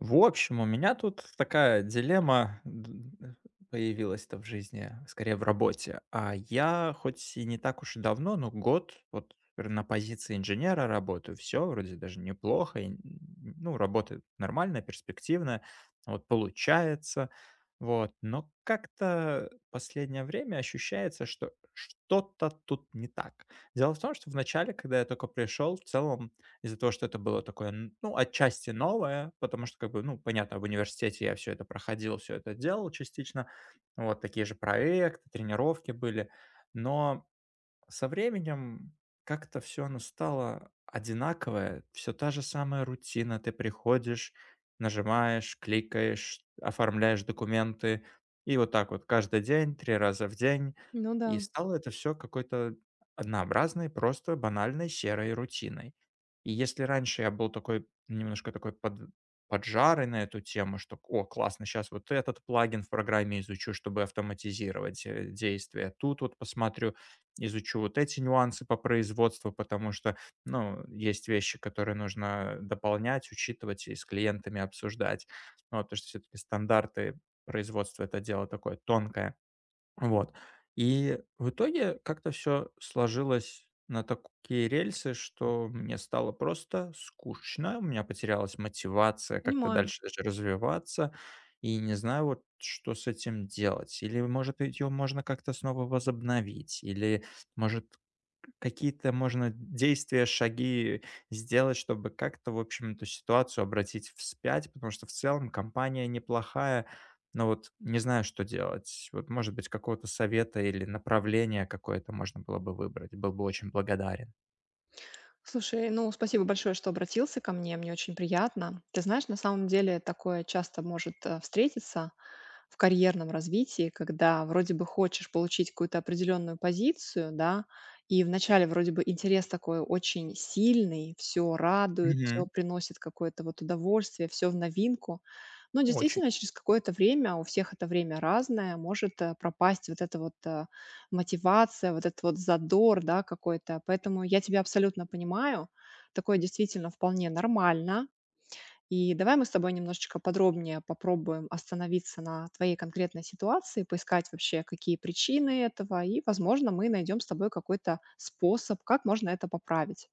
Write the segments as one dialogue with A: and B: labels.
A: В общем, у меня тут такая дилемма появилась-то в жизни, скорее в работе. А я хоть и не так уж и давно, но год вот на позиции инженера работаю, все вроде даже неплохо, и, работает нормально, перспективно, вот получается, вот, но как-то последнее время ощущается, что что-то тут не так. Дело в том, что в начале, когда я только пришел, в целом из-за того, что это было такое, н ну, отчасти новое, потому что, как бы, ну, понятно, в университете я все это проходил, все это делал частично. Вот такие же проекты, тренировки были. Но со временем как-то все оно стало одинаковое, все та же самая рутина. Ты приходишь, нажимаешь, кликаешь, оформляешь документы, и вот так вот каждый день, 3 раза в день.
B: Ну да,
A: И стало это все какой-то однообразной, просто банальной серой рутиной. И если раньше я был такой, немножко такой под поджарый на эту тему, что: "О, классно, сейчас вот этот плагин в программе изучу, чтобы автоматизировать, действия. Тут вот посмотрю" изучу вот эти нюансы по производству, потому что, ну, есть вещи, которые нужно дополнять, учитывать и с клиентами обсуждать. Ну, вот, потому что все-таки стандарты производства – это дело такое тонкое. Вот. И в итоге как-то все сложилось на такие рельсы, что мне стало просто скучно, у меня потерялась мотивация как-то
B: понимаю.
A: дальше даже развиваться. И не знаю, вот что с этим делать. Или, может, ее можно как-то снова возобновить, или, может, какие-то можно действия, шаги сделать, чтобы как-то, в общем, эту ситуацию обратить вспять, потому что в целом компания неплохая, но вот не знаю, что делать. Вот, может быть, какого-то совета или направления какое-то можно было бы выбрать. Был бы очень благодарен.
B: Слушай, ну, спасибо большое, что обратился ко мне, мне очень приятно. Ты знаешь, на самом деле такое часто может встретиться в карьерном развитии, когда вроде бы хочешь получить какую-то определенную позицию, да, и вначале вроде бы интерес такой очень сильный, все радует, все
A: Мгм.
B: приносит какое-то вот удовольствие, все в новинку. Но
A: Очень.
B: действительно через какое-то время, у всех это время разное, может пропасть вот это вот мотивация, вот этот вот задор, да, какой-то. Поэтому я тебя абсолютно понимаю. Такое действительно вполне нормально. И давай мы с тобой немножечко подробнее попробуем остановиться на твоей конкретной ситуации, поискать вообще, какие причины этого, и, возможно, мы найдем с тобой какой-то способ, как можно это поправить.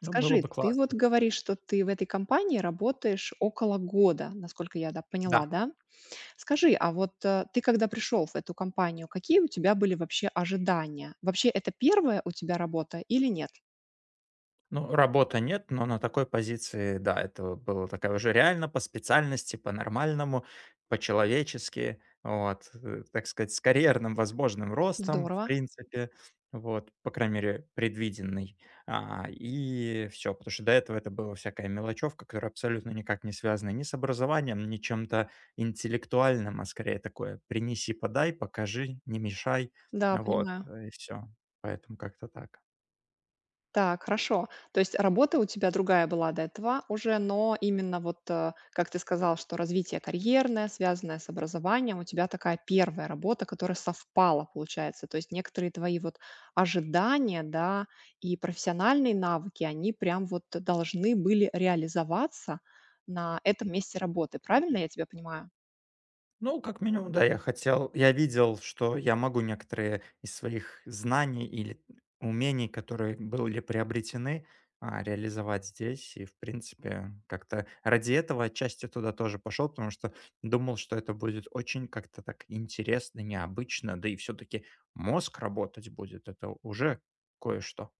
A: Ну, было
B: Скажи,
A: бы
B: ты вот
A: классно.
B: говоришь, что ты в этой компании работаешь около года, насколько я, да,
A: Да.
B: поняла, да? Скажи, а вот, ты когда пришел в эту компанию, какие у тебя были вообще ожидания? Вообще, это первая у тебя работа или нет?
A: Ну, работы нет, но на такой позиции, да, это вот было такая уже реально по специальности, по-нормальному, по-человечески, так сказать, с карьерным возможным ростом, в
B: Здорово.
A: принципе, вот, по крайней мере, предвиденный. А, и все, потому что до этого это была всякая мелочевка, которая абсолютно никак не связана ни с образованием, ни чем-то интеллектуальным, а скорее такое «принеси, подай, покажи, не мешай»,
B: Да, понимаю.
A: и все. Поэтому как-то так.
B: Так, хорошо. То есть работа у тебя другая была до этого уже, но именно вот, как ты сказал, что развитие карьерное, связанное с образованием, у тебя такая первая работа, которая совпала, получается. То есть некоторые твои вот ожидания, да, и профессиональные навыки, они прям вот должны были реализоваться на этом месте работы. Правильно я тебя понимаю?
A: Ну, как минимум, да, я хотел, я видел, что я могу некоторые из своих знаний или умений, которые были приобретены, реализовать здесь. И, в принципе, как-то ради этого отчасти туда тоже пошел, потому что думал, что это будет очень как-то так интересно, необычно, да и все-таки мозг работать будет. Это уже кое-что.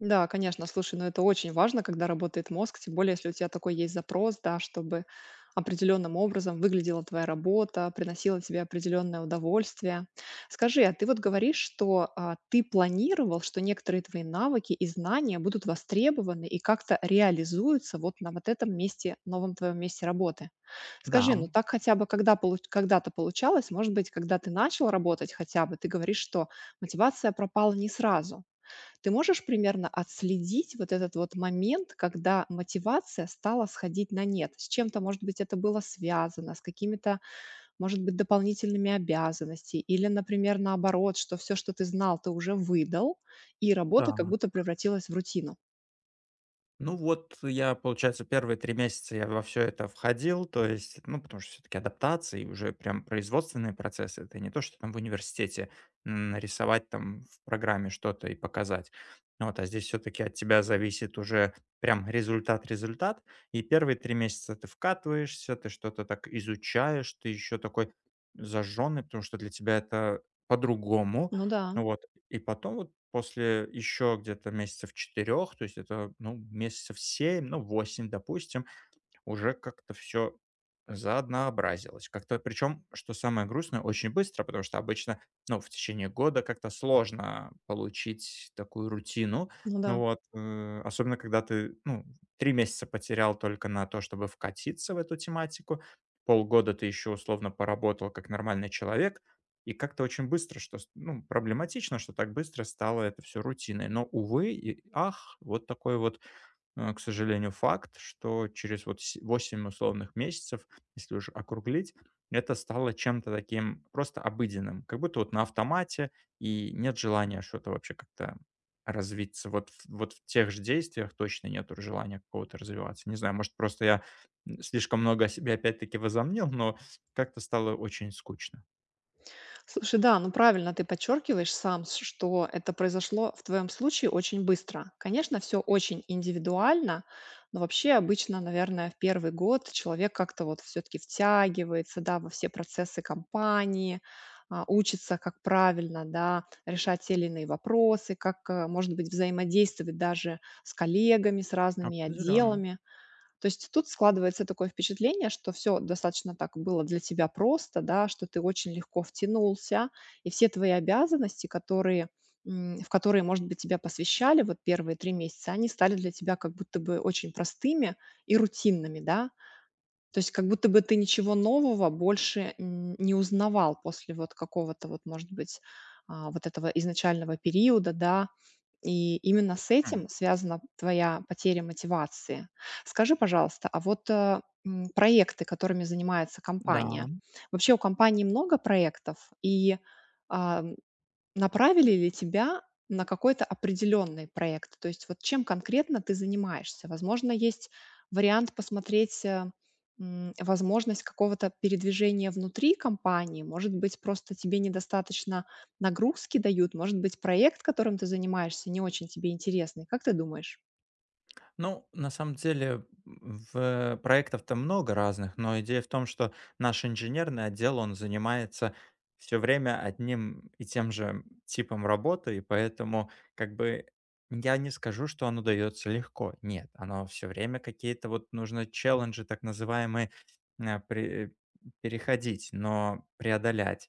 B: Да, конечно, слушай, но это очень важно, когда работает мозг, тем более, если у тебя такой есть запрос, да, чтобы определенным образом выглядела твоя работа, приносила тебе определенное удовольствие. Скажи, а ты вот говоришь, что ты планировал, что некоторые твои навыки и знания будут востребованы и как-то реализуются вот на вот этом месте, новом твоем месте работы.
A: Да,
B: Скажи, ну так хотя бы когда когда-то получалось, может быть, когда ты начал работать хотя бы, ты говоришь, что мотивация пропала не сразу. Ты можешь примерно отследить вот этот вот момент, когда мотивация стала сходить на нет? С чем-то, может быть, это было связано, с какими-то, может быть, дополнительными обязанностями, или, например, наоборот, что все, что ты знал, ты уже выдал, и работа как
A: да.
B: будто превратилась в рутину.
A: Ну вот, я, получается, первые 3 месяца я во все это входил, то есть, ну, потому что все таки адаптация и уже прям производственные процессы. Это не то, что там в университете н нарисовать там в программе что-то и показать. Вот, а здесь все таки от тебя зависит уже прям результат-результат. И первые 3 месяца ты вкатываешься, ты что-то так изучаешь, ты еще такой зажженный, потому что для тебя это по-другому.
B: Ну да,
A: Вот. И потом вот после еще где-то месяцев четырех, то есть это, ну, месяцев 7, ну, 8, допустим, уже как-то все заоднообразилось. Как-то причем, что самое грустное, очень быстро, потому что обычно, ну, в течение года как-то сложно получить такую рутину.
B: ну да.
A: Ну вот, особенно когда ты, ну, три месяца потерял только на то, чтобы вкатиться в эту тематику, полгода ты еще условно поработал как нормальный человек, и как-то очень быстро, что, ну, проблематично, что так быстро стало это все рутиной. Но, увы и ах, вот такой вот, к сожалению, факт, что через вот се 8 условных месяцев, если уже округлить, это стало чем-то таким просто обыденным, как будто вот на автомате, и нет желания что-то вообще как-то развиться. Вот в тех же действиях точно нету желания какого-то развиваться. Не знаю, может, просто я, слишком много о себе опять-таки возомнил, но как-то стало очень скучно.
B: Слушай, да, ну правильно ты подчеркиваешь сам, что это произошло в твоем случае очень быстро. Конечно, все очень индивидуально, но вообще обычно, наверное, в первый год человек как-то вот все-таки втягивается, да, во все процессы компании, учится, как правильно, да, решать те или иные вопросы, как, может быть, взаимодействовать даже с коллегами, с разными
A: Определенно.
B: отделами. То есть тут складывается такое впечатление, что все достаточно так было для тебя просто, да, что ты очень легко втянулся, и все твои обязанности, которые, в которые, может быть, тебя посвящали вот первые 3 месяца, они стали для тебя как будто бы очень простыми и рутинными, да. То есть как будто бы ты ничего нового больше, не узнавал после вот какого-то вот, может быть, вот этого изначального периода, да, и именно с этим связана твоя потеря мотивации. Скажи, пожалуйста, а вот, проекты, которыми занимается компания.
A: Да.
B: Вообще у компании много проектов? А, Направили ли тебя на какой-то определенный проект? То есть вот чем конкретно ты занимаешься? Возможно, есть вариант посмотреть возможность какого-то передвижения внутри компании. Может быть, просто тебе недостаточно нагрузки дают. Может быть, проект, которым ты занимаешься, не очень тебе интересный. Как ты думаешь?
A: Ну, на самом деле, в проектов-то много разных, но идея в том, что наш инженерный отдел, он занимается все время одним и тем же типом работы, и поэтому как бы я не скажу, что оно дается легко. Нет, оно все время какие-то вот нужно челленджи, так называемые, а, пре переходить, но преодолять.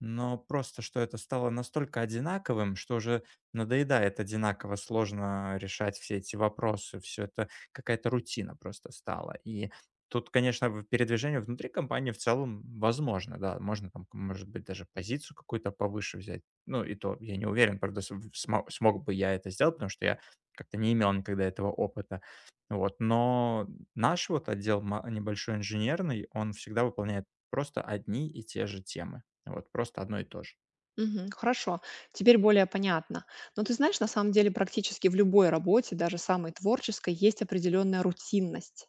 A: Но просто, что это стало настолько одинаковым, что уже надоедает одинаково сложно решать все эти вопросы. Все это какая-то рутина просто стала. И тут, конечно, в передвижение внутри компании в целом возможно, да. Можно там, может быть, даже позицию какую-то повыше взять. Ну, и то я не уверен, правда, см смо смог бы я это сделать, потому что я как-то не имел никогда этого опыта. Вот, но наш вот отдел ма небольшой инженерный, он всегда выполняет просто одни и те же темы. Вот, просто одно и то же.
B: Мгм. Хорошо, теперь более понятно. Но ты знаешь, на самом деле практически в любой работе, даже самой творческой, есть определенная рутинность.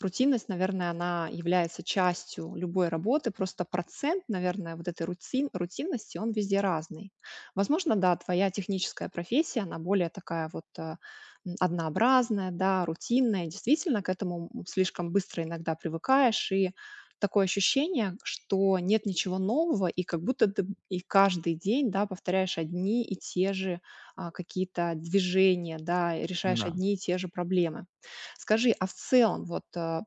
B: Рутинность, наверное, она является частью любой работы, просто процент, наверное, вот этой рутинности, он везде разный. Возможно, да, твоя техническая профессия, она более такая вот однообразная, да, рутинная, и действительно, к этому слишком быстро иногда привыкаешь, и такое ощущение, что нет ничего нового, и как будто ты и каждый день, да, повторяешь одни и те же, какие-то движения, да, и решаешь
A: Да.
B: одни и те же проблемы. Скажи, а в целом вот,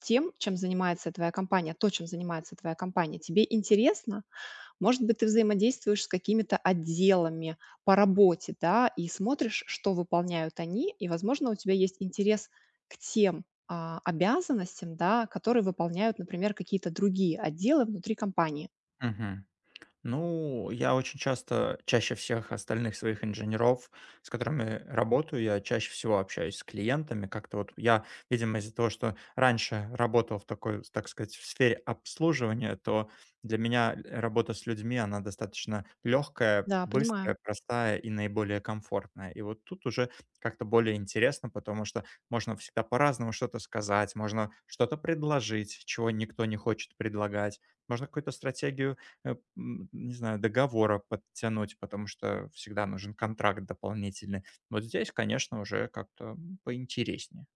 B: тем, чем занимается твоя компания, то, чем занимается твоя компания, тебе интересно? Может быть, ты взаимодействуешь с какими-то отделами по работе, да, и смотришь, что выполняют они, и, возможно, у тебя есть интерес к тем обязанностям, да, которые выполняют, например, какие-то другие отделы внутри компании.
A: Мгм. Ну, я очень часто, чаще всех остальных своих инженеров, с которыми работаю, я чаще всего общаюсь с клиентами. Как-то вот я, видимо, из-за того, что раньше работал в такой, так сказать, в сфере обслуживания, то для меня работа с людьми, она достаточно легкая,
B: Да, понимаю.
A: быстрая, простая и наиболее комфортная. И вот тут уже как-то более интересно, потому что можно всегда по-разному что-то сказать, можно что-то предложить, чего никто не хочет предлагать, можно какую-то стратегию не знаю, договора подтянуть, потому что всегда нужен контракт дополнительный. Вот здесь, конечно, уже как-то поинтереснее.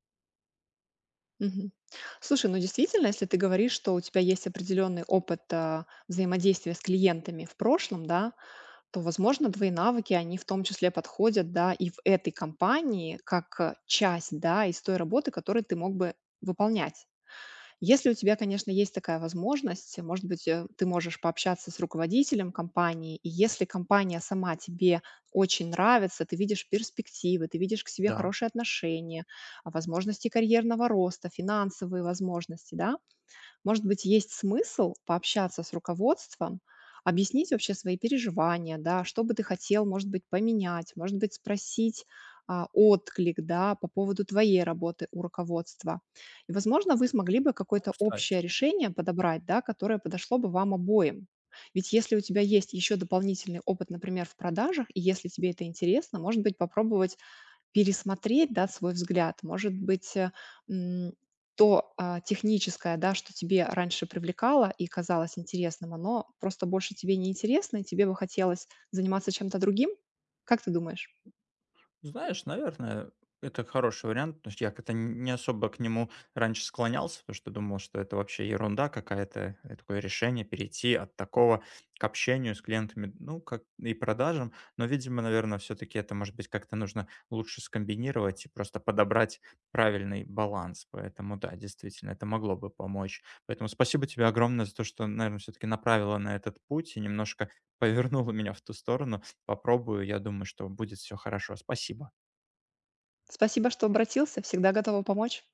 B: Мгм. Слушай, ну действительно, если ты говоришь, что у тебя есть определенный опыт взаимодействия с клиентами в прошлом, да, то, возможно, твои навыки, они в том числе подходят, да, и в этой компании как, часть, да, из той работы, которую ты мог бы выполнять. Если у тебя, конечно, есть такая возможность, может быть, ты можешь пообщаться с руководителем компании, и если компания сама тебе очень нравится, ты видишь перспективы, ты видишь к себе
A: Да.
B: хорошие отношения, возможности карьерного роста, финансовые возможности, да, может быть, есть смысл пообщаться с руководством, объяснить вообще свои переживания, да, что бы ты хотел, может быть, поменять, может быть, спросить отклик, да, по поводу твоей работы у руководства. И, возможно, вы смогли бы
A: Ну,
B: какое-то
A: кстати.
B: общее решение подобрать, да, которое подошло бы вам обоим. Ведь если у тебя есть еще дополнительный опыт, например, в продажах, и если тебе это интересно, может быть, попробовать пересмотреть, да, свой взгляд. Может быть, м, техническое, да, что тебе раньше привлекало и казалось интересным, оно просто больше тебе не интересно, и тебе бы хотелось заниматься чем-то другим? Как ты думаешь?
A: Знаешь, наверное, это хороший вариант, потому что я как-то не особо к нему раньше склонялся, потому что думал, что это вообще ерунда какая-то, такое решение перейти от такого к общению с клиентами, ну, как и продажам, но, видимо, наверное, все-таки это, может быть, как-то нужно лучше скомбинировать и просто подобрать правильный баланс, поэтому, да, действительно, это могло бы помочь. Поэтому спасибо тебе огромное за то, что, наверное, все-таки направила на этот путь и немножко повернула меня в ту сторону, попробую. Я думаю, что будет все хорошо. Спасибо.
B: Спасибо, что обратился. Всегда готова помочь.